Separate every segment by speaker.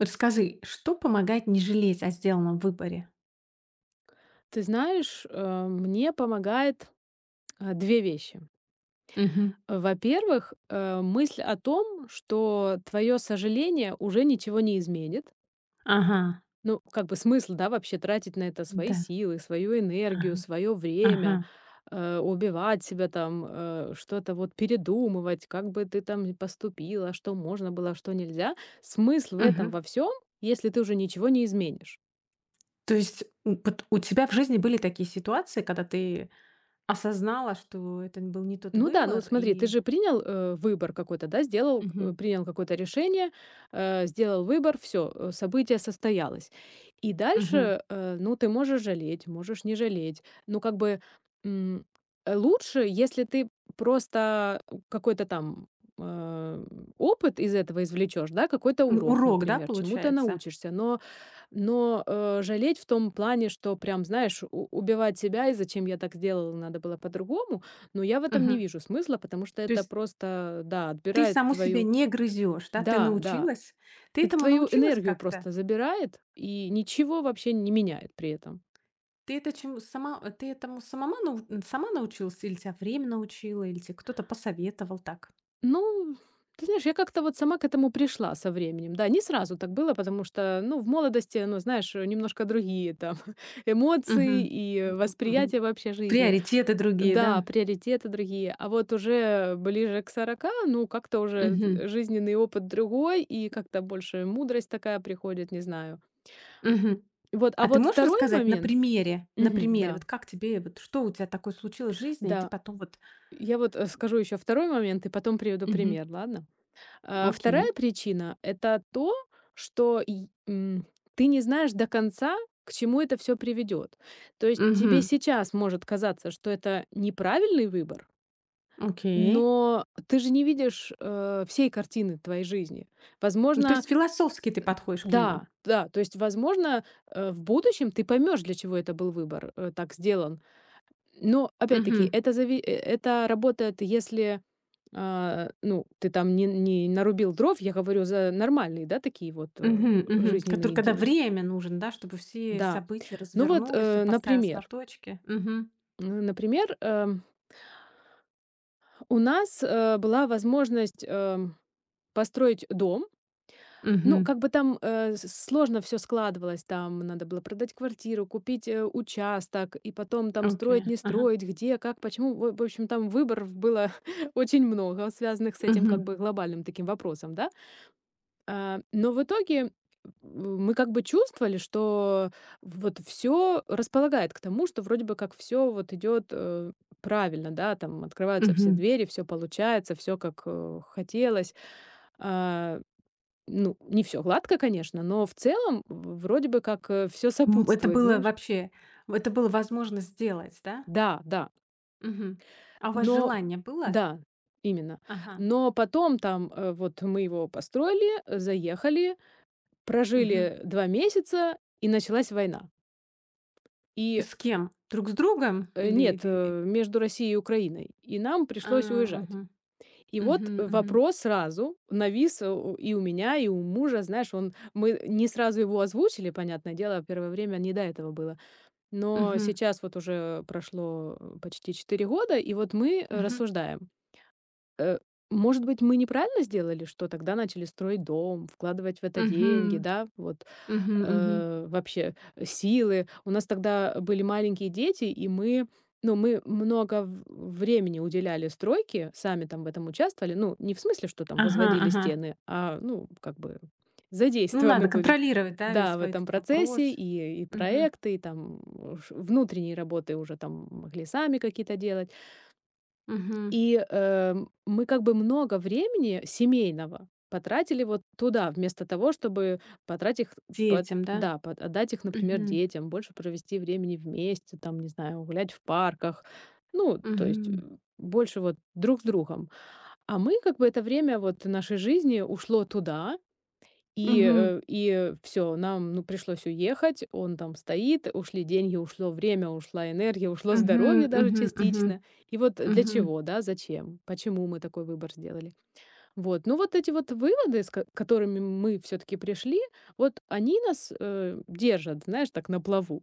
Speaker 1: Расскажи, что помогает не жалеть о сделанном выборе?
Speaker 2: Ты знаешь, мне помогает две вещи.
Speaker 1: Мгм.
Speaker 2: Во-первых, мысль о том, что твое сожаление уже ничего не изменит.
Speaker 1: Ага.
Speaker 2: Ну, как бы смысл, да, вообще тратить на это свои
Speaker 1: Да.
Speaker 2: силы, свою энергию,
Speaker 1: Ага.
Speaker 2: свое
Speaker 1: Ага.
Speaker 2: время, убивать себя там, что-то вот передумывать, как бы ты там ни поступила, что можно было, что нельзя. Смысл в этом
Speaker 1: Мгм.
Speaker 2: во всем, если ты уже ничего не изменишь.
Speaker 1: То есть, вот у тебя в жизни были такие ситуации, когда ты осознала, что это был не тот
Speaker 2: Ну да, ну
Speaker 1: выбор
Speaker 2: смотри, ты
Speaker 1: и
Speaker 2: же принял, выбор какой-то, да, сделал,
Speaker 1: Мгм.
Speaker 2: принял какое-то решение, сделал выбор, все, событие состоялось. И
Speaker 1: Мгм.
Speaker 2: дальше, ну, ты можешь жалеть, можешь не жалеть. Ну, как бы, м, лучше, если ты просто какой-то там, э, опыт из этого извлечешь, да, какой-то
Speaker 1: М,
Speaker 2: урок,
Speaker 1: урок, да,
Speaker 2: например, чему-то
Speaker 1: получается?
Speaker 2: научишься. Но жалеть в том плане, что прям, знаешь, у убивать себя и "зачем я так сделала, надо было по-другому", но я в этом не
Speaker 1: Мгм.
Speaker 2: вижу смысла, потому что
Speaker 1: То
Speaker 2: это
Speaker 1: есть
Speaker 2: просто, да,
Speaker 1: ты
Speaker 2: отбирает
Speaker 1: саму себя
Speaker 2: твою.
Speaker 1: не грызешь, да? Ты
Speaker 2: Да, да,
Speaker 1: научилась? Ты
Speaker 2: это
Speaker 1: этому
Speaker 2: твою
Speaker 1: научилась
Speaker 2: энергию
Speaker 1: как-то?
Speaker 2: просто забирает и ничего вообще не меняет при этом.
Speaker 1: Ты это чему сама ты этому самому нау сама научилась, или тебя время научило, или тебе кто-то посоветовал так?
Speaker 2: Ну, ты знаешь, я как-то вот сама к этому пришла со временем. Да, не сразу так было, потому что, ну, в молодости, ну, знаешь, немножко другие там эмоции
Speaker 1: Мгм.
Speaker 2: и
Speaker 1: М, м.
Speaker 2: восприятие вообще жизни.
Speaker 1: Приоритеты другие,
Speaker 2: Да,
Speaker 1: да?
Speaker 2: приоритеты другие. А вот уже ближе к 40, ну, как-то уже
Speaker 1: Мгм.
Speaker 2: жизненный опыт другой, и как-то больше мудрость такая приходит, не знаю.
Speaker 1: Мгм.
Speaker 2: Вот, а
Speaker 1: А ты
Speaker 2: вот
Speaker 1: можешь
Speaker 2: второй
Speaker 1: рассказать на
Speaker 2: момент.
Speaker 1: примере,
Speaker 2: Мгм, да,
Speaker 1: вот как тебе, вот что у тебя такое случилось в жизни, и ты
Speaker 2: да,
Speaker 1: потом вот
Speaker 2: я вот скажу еще второй момент, и потом приведу
Speaker 1: Мгм.
Speaker 2: пример, ладно?
Speaker 1: Окей.
Speaker 2: Вторая причина — это то, что ты не знаешь до конца, к чему это все приведет. То есть тебе
Speaker 1: Мгм.
Speaker 2: сейчас может казаться, что это неправильный выбор,
Speaker 1: Окей.
Speaker 2: но ты же не видишь, всей картины твоей жизни.
Speaker 1: Ну, то
Speaker 2: Возможно,
Speaker 1: есть философски ты подходишь к нему?
Speaker 2: да, да, то есть, возможно, в будущем ты поймешь, для чего это был выбор, так сделан. Но опять-таки
Speaker 1: Мгм.
Speaker 2: это работает, если, ну, ты там не нарубил дров, я говорю за нормальные, да, такие вот,
Speaker 1: Мгм, мгм. Который
Speaker 2: жизненные
Speaker 1: когда
Speaker 2: дела.
Speaker 1: время нужен, да, чтобы все
Speaker 2: Да.
Speaker 1: события
Speaker 2: Ну вот,
Speaker 1: развернулись, все поставилось на
Speaker 2: например,
Speaker 1: точке. Мгм.
Speaker 2: м, например, эм, у нас, была возможность, построить дом. Ну,
Speaker 1: Мгм.
Speaker 2: как бы там, э, с сложно все складывалось. Там надо было продать квартиру, купить, участок и потом там строить,
Speaker 1: Окей.
Speaker 2: не
Speaker 1: Ага.
Speaker 2: строить, где, как, почему. В общем, там выборов было очень много, связанных с этим
Speaker 1: Мгм.
Speaker 2: как бы глобальным таким вопросом, да. Но в итоге мы как бы чувствовали, что вот все располагает к тому, что вроде бы как все вот идет правильно, да, там открываются все
Speaker 1: Мгм.
Speaker 2: двери, все получается, все как, хотелось. А ну, не все гладко, конечно, но в целом в вроде бы как, все
Speaker 1: М, это
Speaker 2: сопутствует,
Speaker 1: было
Speaker 2: знаешь.
Speaker 1: вообще, это было возможно сделать, да?
Speaker 2: Да, да,
Speaker 1: Мгм. А у вас
Speaker 2: но
Speaker 1: желание было?
Speaker 2: да, именно.
Speaker 1: Ага.
Speaker 2: Но потом там, вот мы его построили, заехали,
Speaker 1: Мгм.
Speaker 2: прожили 2 месяца, и началась война. И,
Speaker 1: С кем? Друг с другом, или
Speaker 2: нет,
Speaker 1: или
Speaker 2: между Россией и Украиной. И нам
Speaker 1: А,
Speaker 2: пришлось уезжать.
Speaker 1: мгм.
Speaker 2: И вот
Speaker 1: Мгм, мгм.
Speaker 2: вопрос сразу навис э, у и у меня, и у мужа. Знаешь, он мы не сразу его озвучили, понятное дело, первое время не до этого было. Но
Speaker 1: Мгм,
Speaker 2: сейчас вот уже прошло, почти 4 года, и вот мы
Speaker 1: мгм,
Speaker 2: рассуждаем. Э, Может быть, мы неправильно сделали, что тогда начали строить дом, вкладывать в это
Speaker 1: мгм,
Speaker 2: деньги, да? Вот,
Speaker 1: мгм, мгм.
Speaker 2: силы. У нас тогда были маленькие дети, и мы, ну, мы много времени уделяли стройке, сами там в этом участвовали. Ну, не в смысле, что там
Speaker 1: Ага,
Speaker 2: возводили
Speaker 1: ага.
Speaker 2: стены, а, ну, как бы
Speaker 1: Ну,
Speaker 2: задействованы
Speaker 1: надо
Speaker 2: были.
Speaker 1: контролировать, да,
Speaker 2: Да,
Speaker 1: весь
Speaker 2: в
Speaker 1: в
Speaker 2: этом
Speaker 1: этот
Speaker 2: процессе
Speaker 1: вопрос.
Speaker 2: и
Speaker 1: Мгм,
Speaker 2: проекты, и там внутренние работы уже там могли сами какие-то делать.
Speaker 1: мгм.
Speaker 2: И, мы как бы много времени семейного потратили вот туда, вместо того, чтобы потратить их под
Speaker 1: Детям, да?
Speaker 2: да, под отдать их, например,
Speaker 1: Мгм,
Speaker 2: детям, больше провести времени вместе, там, не знаю, гулять в парках. Ну, то есть,
Speaker 1: мгм,
Speaker 2: больше вот друг с другом. А мы как бы это время вот нашей жизни ушло туда, и,
Speaker 1: мгм,
Speaker 2: э, и все, нам, ну, пришлось уехать. Он там стоит, ушли деньги, ушло время, ушла энергия, ушло
Speaker 1: мгм,
Speaker 2: здоровье даже
Speaker 1: мгм, мгм,
Speaker 2: частично. И вот для
Speaker 1: мгм.
Speaker 2: чего, да, зачем, почему мы такой выбор сделали. Вот, ну, вот эти вот выводы, с ко которыми мы все таки пришли, вот они нас, держат, знаешь, так на плаву.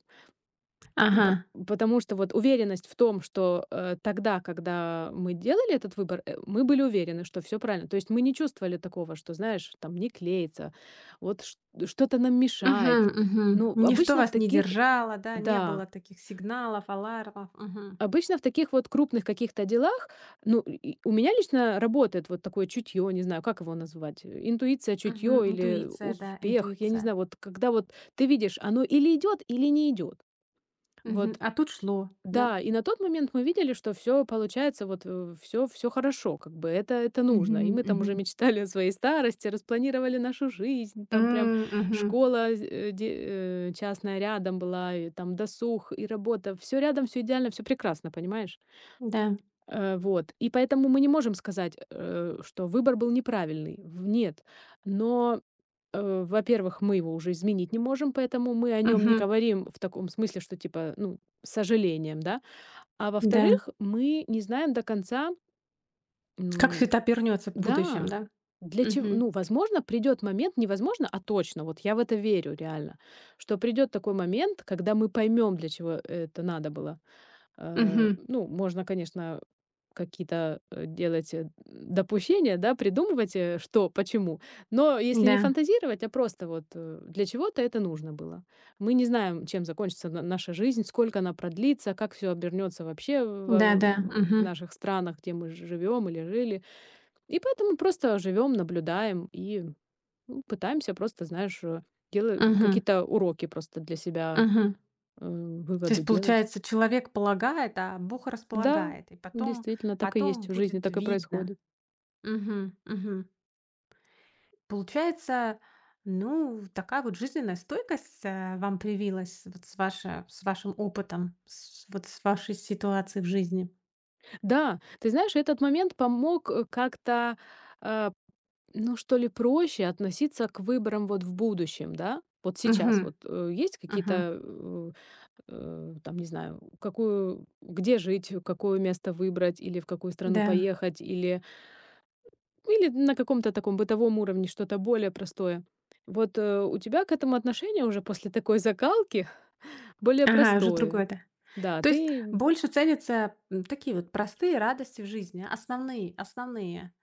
Speaker 2: Ну, по
Speaker 1: Ага.
Speaker 2: потому что вот уверенность в том, что, тогда, когда мы делали этот выбор, мы были уверены, что все правильно. То есть мы не чувствовали такого, что, знаешь, там не клеится, вот чт что-то нам
Speaker 1: Мгм,
Speaker 2: мешает.
Speaker 1: мгм.
Speaker 2: Ну,
Speaker 1: Ничто
Speaker 2: обычно в
Speaker 1: вас не
Speaker 2: таких
Speaker 1: держало, да, не
Speaker 2: да,
Speaker 1: было таких сигналов, алармов. Мгм.
Speaker 2: обычно в таких вот крупных каких-то делах, ну, и у меня лично работает вот такое чутье, не знаю, как его назвать, интуиция,
Speaker 1: Мгм.
Speaker 2: чутье или
Speaker 1: Интуиция, да,
Speaker 2: успех, я не
Speaker 1: интуиция.
Speaker 2: знаю, вот когда вот ты видишь, оно или идет, или не идет. Вот,
Speaker 1: Мгм. А тут шло, да.
Speaker 2: да, и на тот момент мы видели, что все получается, вот, все, все хорошо, как бы это нужно.
Speaker 1: Мгм,
Speaker 2: И мы там
Speaker 1: мгм.
Speaker 2: уже мечтали о своей старости, распланировали нашу жизнь, там прям
Speaker 1: М, мгм.
Speaker 2: школа частная рядом была, и там досуг, и работа. Все рядом, все идеально, все прекрасно, понимаешь?
Speaker 1: Да.
Speaker 2: Вот. И поэтому мы не можем сказать, что выбор был неправильный. В Нет. Но, во-первых, мы его уже изменить не можем, поэтому мы о нем не
Speaker 1: Мгм.
Speaker 2: говорим в таком смысле, что типа, ну, с сожалением, да. А
Speaker 1: Да.
Speaker 2: во-вторых, мы не знаем до конца,
Speaker 1: Как
Speaker 2: ну
Speaker 1: все это обернётся в будущем,
Speaker 2: да,
Speaker 1: да?
Speaker 2: для чего,
Speaker 1: Мгм.
Speaker 2: ну, возможно, придет момент, невозможно, а точно, вот я в это верю реально, что придет такой момент, когда мы поймем, для чего это надо было.
Speaker 1: Мгм.
Speaker 2: Ну, можно, конечно, какие-то, делать, допущения, да, придумывать, что, почему. Но если
Speaker 1: Да.
Speaker 2: не фантазировать, а просто вот, для чего-то это нужно было. Мы не знаем, чем закончится на наша жизнь, сколько она продлится, как все обернется вообще
Speaker 1: Да-да.
Speaker 2: в
Speaker 1: Мгм.
Speaker 2: наших странах, где мы живем или жили. И поэтому просто живем, наблюдаем и, ну, пытаемся просто, знаешь, дела
Speaker 1: Мгм.
Speaker 2: какие-то уроки просто для себя,
Speaker 1: Мгм. То
Speaker 2: выводы
Speaker 1: есть,
Speaker 2: делать.
Speaker 1: получается, человек полагает, а Бог
Speaker 2: Да,
Speaker 1: располагает, и потом
Speaker 2: действительно, так и
Speaker 1: потом
Speaker 2: есть. В жизни
Speaker 1: будет
Speaker 2: так и
Speaker 1: видно.
Speaker 2: происходит.
Speaker 1: Мгм. Мгм. Получается, ну, такая вот жизненная стойкость, вам привилась вот с вашим опытом, с вот с вашей ситуацией в жизни.
Speaker 2: Да, ты знаешь, этот момент помог, как-то, э, ну, что ли, проще относиться к выборам вот в будущем, да? Вот
Speaker 1: Угу,
Speaker 2: сейчас вот, есть какие-то,
Speaker 1: угу.
Speaker 2: э, там, не знаю, какую где жить, какое место выбрать или в какую страну
Speaker 1: Да.
Speaker 2: поехать, или или на каком-то таком бытовом уровне что-то более простое. Вот, у тебя к этому отношение уже после такой закалки более
Speaker 1: Ага, уже
Speaker 2: простое.
Speaker 1: другое, да.
Speaker 2: Да,
Speaker 1: То есть
Speaker 2: ты
Speaker 1: больше ценятся, такие вот простые радости в жизни, основные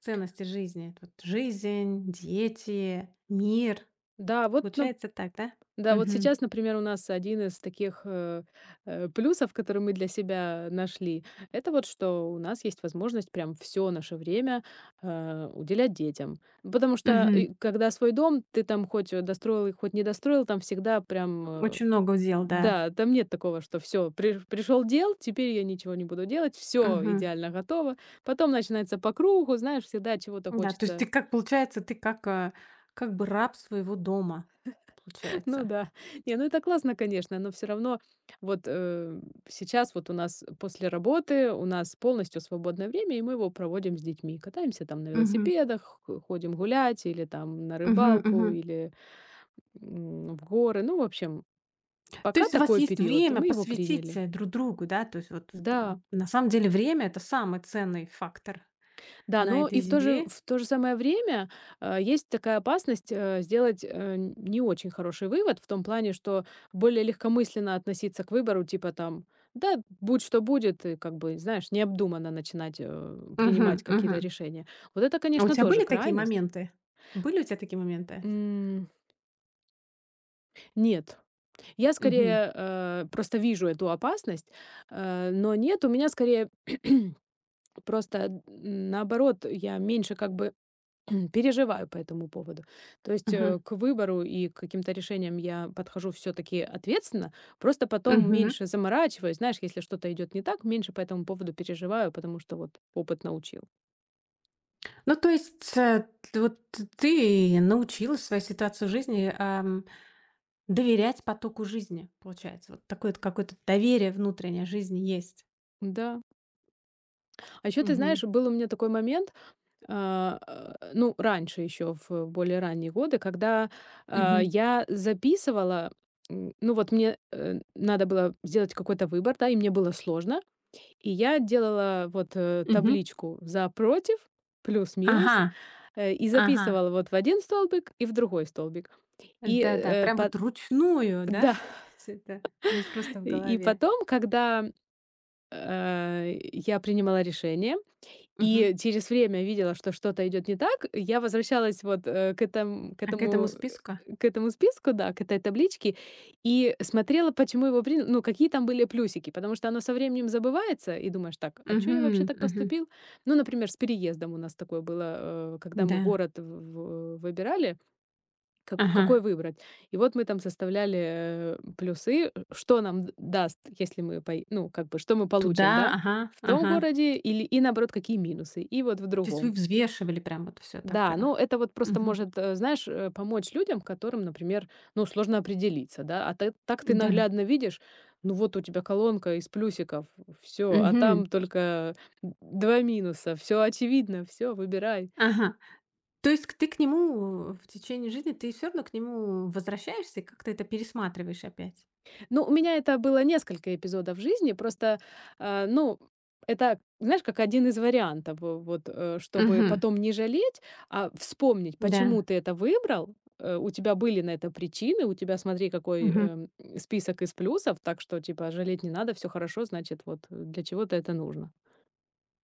Speaker 1: ценности жизни. Вот жизнь, дети, мир.
Speaker 2: да, вот, нап
Speaker 1: Получается так, да?
Speaker 2: да, вот
Speaker 1: Угу,
Speaker 2: сейчас, например, у нас один из таких, плюсов, который мы для себя нашли, это вот, что у нас есть возможность прям все наше время, уделять детям. Потому что,
Speaker 1: угу.
Speaker 2: и когда свой дом, ты там хоть, достроил и хоть не достроил, там всегда прям,
Speaker 1: Очень много дел, да.
Speaker 2: да, там нет такого, что все пришел дел, теперь я ничего не буду делать, все
Speaker 1: Угу.
Speaker 2: идеально готово. Потом начинается по кругу, знаешь, всегда чего-то
Speaker 1: Да, то есть ты
Speaker 2: хочется.
Speaker 1: как, получается, ты как, как бы раб своего дома,
Speaker 2: Ну
Speaker 1: получается.
Speaker 2: да. Не, ну это классно, конечно, но все равно вот, сейчас вот у нас после работы у нас полностью свободное время, и мы его проводим с детьми. Катаемся там на
Speaker 1: Мгм.
Speaker 2: велосипедах, хо ходим гулять или там на
Speaker 1: Мгм,
Speaker 2: рыбалку,
Speaker 1: мгм.
Speaker 2: или, в горы. Ну, в общем,
Speaker 1: То
Speaker 2: пока
Speaker 1: есть у вас
Speaker 2: такой
Speaker 1: есть
Speaker 2: период, и
Speaker 1: время
Speaker 2: мы его
Speaker 1: посвятить,
Speaker 2: приняли.
Speaker 1: друг другу, да? То есть вот вы там
Speaker 2: Да.
Speaker 1: на самом деле время- это самый ценный фактор
Speaker 2: Да,
Speaker 1: на
Speaker 2: но
Speaker 1: этой
Speaker 2: и в то же
Speaker 1: земле.
Speaker 2: в то же самое время, есть такая опасность, сделать, не очень хороший вывод в том плане, что более легкомысленно относиться к выбору, типа там: "Да, будь что будет", и как бы, знаешь, необдуманно начинать,
Speaker 1: Мгм,
Speaker 2: принимать какие-то
Speaker 1: мгм.
Speaker 2: решения. Вот это,
Speaker 1: А у
Speaker 2: конечно,
Speaker 1: тебя
Speaker 2: тоже
Speaker 1: были такие
Speaker 2: крайность.
Speaker 1: моменты? Были у тебя такие моменты?
Speaker 2: М, нет, я
Speaker 1: Мгм.
Speaker 2: скорее, просто вижу эту опасность, но нет, у меня скорее просто, наоборот, я меньше как бы переживаю по этому поводу. То есть
Speaker 1: Мгм.
Speaker 2: к выбору и к каким-то решениям я подхожу все-таки ответственно, просто потом
Speaker 1: Мгм.
Speaker 2: меньше заморачиваюсь. Знаешь, если что-то идет не так, меньше по этому поводу переживаю, потому что вот опыт научил.
Speaker 1: Ну, то есть, т вот ты научилась свою ситуацию жизни, доверять потоку жизни, получается. Вот такое вот какое-то доверие внутреннее жизни есть.
Speaker 2: Да. А еще ты
Speaker 1: Мгм.
Speaker 2: знаешь, был у меня такой момент, ну, раньше еще, в более ранние годы, когда
Speaker 1: Мгм.
Speaker 2: я записывала, ну вот мне надо было сделать какой-то выбор, да, и мне было сложно, и я делала вот,
Speaker 1: Мгм.
Speaker 2: табличку "за", "против",
Speaker 1: Ага,
Speaker 2: "плюс-минус", и
Speaker 1: ага.
Speaker 2: записывала вот в один столбик и в другой столбик. И,
Speaker 1: Да-да,
Speaker 2: э,
Speaker 1: прям
Speaker 2: пот
Speaker 1: вот ручную, да?
Speaker 2: да,
Speaker 1: Всё это не просто в
Speaker 2: и
Speaker 1: голове.
Speaker 2: потом, когда, я принимала решение
Speaker 1: Мгм.
Speaker 2: и через время видела, что что-то идет не так. Я возвращалась вот,
Speaker 1: А к этому списку?
Speaker 2: к этому списку, да, к этой табличке и смотрела, почему его принял, ну, какие там были плюсики, потому что оно со временем забывается, и думаешь: "Так, а чё я
Speaker 1: Мгм,
Speaker 2: вообще так
Speaker 1: мгм.
Speaker 2: поступил?" Ну, например, с переездом у нас такое было, когда
Speaker 1: Да.
Speaker 2: мы город в выбирали как какой
Speaker 1: Ага.
Speaker 2: выбрать? И вот мы там составляли, плюсы, что нам д даст, если мы пой ну, как бы, что мы
Speaker 1: Туда,
Speaker 2: получим, да,
Speaker 1: ага,
Speaker 2: в том
Speaker 1: ага.
Speaker 2: городе или и наоборот, какие минусы, и вот в
Speaker 1: То есть вы
Speaker 2: другом.
Speaker 1: взвешивали прям вот все так,
Speaker 2: Да,
Speaker 1: э.
Speaker 2: ну, это вот просто
Speaker 1: Мгм.
Speaker 2: может, знаешь, помочь людям, которым, например, ну, сложно определиться, да. А ты так ты
Speaker 1: Да.
Speaker 2: наглядно видишь, ну, вот у тебя колонка из плюсиков, все, а
Speaker 1: Мгм.
Speaker 2: там только 2 минуса, все очевидно, все, выбирай.
Speaker 1: Ага. То есть к ты к нему в течение жизни, ты все равно к нему возвращаешься и как-то это пересматриваешь опять?
Speaker 2: Ну, у меня это было несколько эпизодов в жизни. Просто, ну, это, знаешь, как один из вариантов, чтобы
Speaker 1: Мгм.
Speaker 2: потом не жалеть, а вспомнить, почему
Speaker 1: Да.
Speaker 2: ты это выбрал. У тебя были на это причины, у тебя, смотри, какой
Speaker 1: Мгм.
Speaker 2: список из плюсов, так что, типа, жалеть не надо, все хорошо, значит, вот для чего-то это нужно.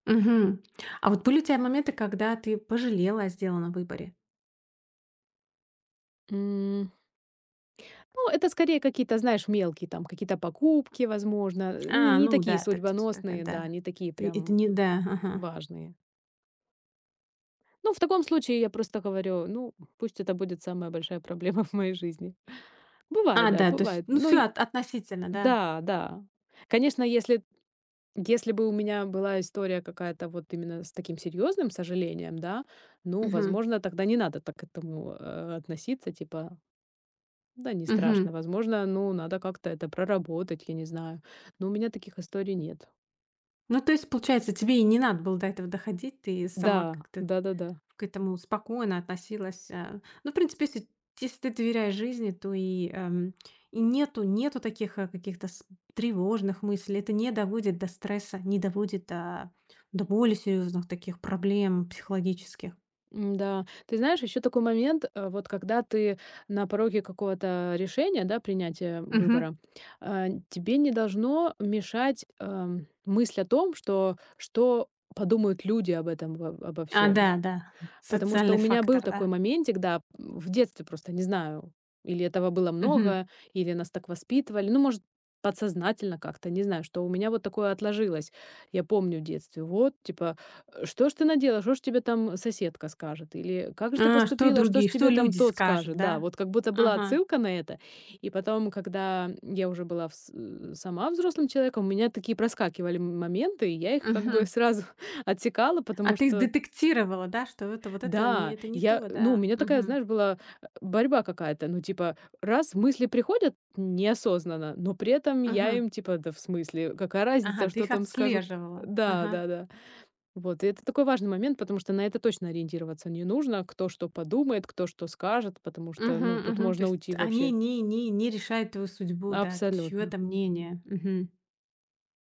Speaker 1: Мгм. А вот были у тя моменты, когда ты пожалела о сделанном выборе?
Speaker 2: М, Ну, это скорее какие-то, знаешь, мелкие там, какие-то покупки, возможно,
Speaker 1: А,
Speaker 2: не
Speaker 1: ну
Speaker 2: такие
Speaker 1: да, ты такая,
Speaker 2: судьбоносные, да,
Speaker 1: да.
Speaker 2: не такие
Speaker 1: Ты это
Speaker 2: прям
Speaker 1: не да, ага.
Speaker 2: важные. Ну, в таком случае я просто говорю: "Ну, пусть это будет самая большая проблема в моей жизни".
Speaker 1: А,
Speaker 2: Бывает, да,
Speaker 1: да, то есть,
Speaker 2: бывает.
Speaker 1: ну,
Speaker 2: Ну
Speaker 1: все
Speaker 2: и
Speaker 1: относительно, да.
Speaker 2: да, да. Конечно, если бы у меня была история какая-то вот именно с таким серьезным сожалением, да, ну,
Speaker 1: Мгм.
Speaker 2: возможно, тогда не надо так к этому, относиться, типа: "Да не страшно".
Speaker 1: Мгм.
Speaker 2: Возможно, ну, надо как-то это проработать, я не знаю. Но у меня таких историй нет.
Speaker 1: Ну, то есть, получается, тебе и не надо было до этого доходить, ты
Speaker 2: Да,
Speaker 1: сама как-то
Speaker 2: да-да-да.
Speaker 1: к этому спокойно относилась. Ну, в принципе, если ты доверяешь жизни, то и нету таких каких-то тревожных мыслей. Это не доводит до стресса, не доводит до более серьезных таких проблем психологических.
Speaker 2: М-да. Ты знаешь, еще такой момент, вот когда ты на пороге какого-то решения, да, принятия
Speaker 1: Мгм.
Speaker 2: выбора, тебе не должно мешать, мысль о том, что подумают люди об этом во обо
Speaker 1: А,
Speaker 2: всем.
Speaker 1: да, да.
Speaker 2: Потому что у
Speaker 1: Социальный
Speaker 2: меня был
Speaker 1: фактор,
Speaker 2: такой
Speaker 1: да.
Speaker 2: моментик, да, в детстве просто, не знаю, или этого было
Speaker 1: Мгм.
Speaker 2: много, или нас так воспитывали. Ну, может, подсознательно как-то, не знаю, что у меня вот такое отложилось. Я помню в детстве, вот, типа, Что ж ты надела, что ж тебе там соседка скажет, или как же ты
Speaker 1: А, что
Speaker 2: поступила, что
Speaker 1: другие,
Speaker 2: ж
Speaker 1: что
Speaker 2: тебе там
Speaker 1: люди
Speaker 2: тот
Speaker 1: скажут,
Speaker 2: скажет, да,
Speaker 1: да?
Speaker 2: вот как будто была
Speaker 1: Ага.
Speaker 2: отсылка на это. И потом, когда я уже была сама взрослым человеком, у меня такие проскакивали моменты, и я их как бы
Speaker 1: Мгм.
Speaker 2: сразу отсекала,
Speaker 1: А
Speaker 2: потому
Speaker 1: ты
Speaker 2: что
Speaker 1: детектировала, да, что это вот
Speaker 2: да,
Speaker 1: это не
Speaker 2: я,
Speaker 1: то,
Speaker 2: ну, у
Speaker 1: да.
Speaker 2: меня такая,
Speaker 1: Мгм.
Speaker 2: знаешь, была борьба какая-то, ну, типа, раз мысли приходят неосознанно, но при этом я
Speaker 1: Мгм.
Speaker 2: им, типа, да в смысле, какая
Speaker 1: Ага,
Speaker 2: разница,
Speaker 1: ты
Speaker 2: что
Speaker 1: их
Speaker 2: там скажут?
Speaker 1: отслеживала.
Speaker 2: Да,
Speaker 1: Ага.
Speaker 2: да, да. Вот, и это такой важный момент, потому что на это точно ориентироваться не нужно, кто что подумает, кто что скажет, потому что, ну,
Speaker 1: Мгм,
Speaker 2: тут
Speaker 1: мгм. То
Speaker 2: можно
Speaker 1: есть
Speaker 2: уйти
Speaker 1: они
Speaker 2: вообще.
Speaker 1: не решают твою судьбу, да, чье
Speaker 2: Абсолютно.
Speaker 1: то мнение. Мгм.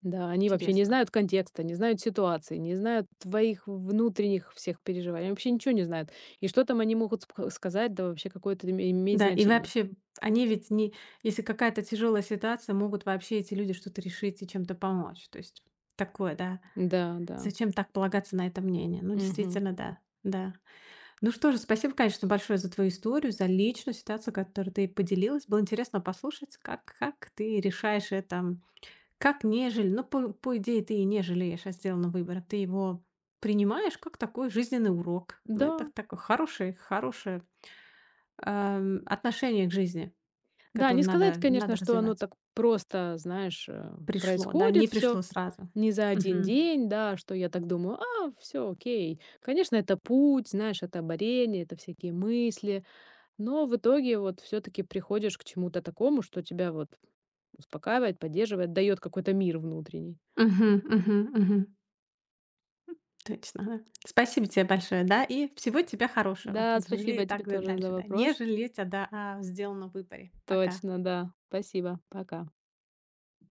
Speaker 2: Да, они вообще не
Speaker 1: Интересно.
Speaker 2: знают контекста, не знают ситуации, не знают твоих внутренних всех переживаний, они вообще ничего не знают. И что там они могут сказать, да вообще какое-то иметь
Speaker 1: Да, и
Speaker 2: значение.
Speaker 1: вообще, они ведь не если какая-то тяжелая ситуация, могут вообще эти люди что-то решить и чем-то помочь. То есть такое, да.
Speaker 2: Да, да.
Speaker 1: Зачем так полагаться на это мнение? Ну,
Speaker 2: Мгм.
Speaker 1: действительно, да. Да. Ну что же, спасибо, конечно, большое за твою историю, за личную ситуацию, которую ты поделилась. Было интересно послушать, как ты решаешь это как не жаль, но по идее ты и не жалеешь о сделанном выборе. Ты его принимаешь как такой жизненный урок. Ну,
Speaker 2: Да.
Speaker 1: это такое хорошее хорошее, отношение к жизни,
Speaker 2: Да,
Speaker 1: которое
Speaker 2: не
Speaker 1: надо
Speaker 2: сказать, конечно,
Speaker 1: надо
Speaker 2: что оно
Speaker 1: развивать.
Speaker 2: так просто, знаешь,
Speaker 1: Пришло, да, не
Speaker 2: происходит все
Speaker 1: пришло сразу.
Speaker 2: не за один
Speaker 1: Мгм.
Speaker 2: день, да, что я так думаю, а, все, окей. Конечно, это путь, знаешь, это борение, это всякие мысли, но в итоге вот все таки приходишь к чему-то такому, что тебя вот успокаивает, поддерживает, дает какой-то мир внутренний.
Speaker 1: Мгм, мгм, мгм. Точно, да. Спасибо тебе большое, да, и всего тебе хорошего.
Speaker 2: Да,
Speaker 1: Жалей
Speaker 2: спасибо
Speaker 1: так
Speaker 2: тебе
Speaker 1: д
Speaker 2: тоже
Speaker 1: дальше,
Speaker 2: за
Speaker 1: да. Не
Speaker 2: вопрос.
Speaker 1: жалеть о да, о сделанном выборе. Пока.
Speaker 2: Точно, да. Спасибо. Пока.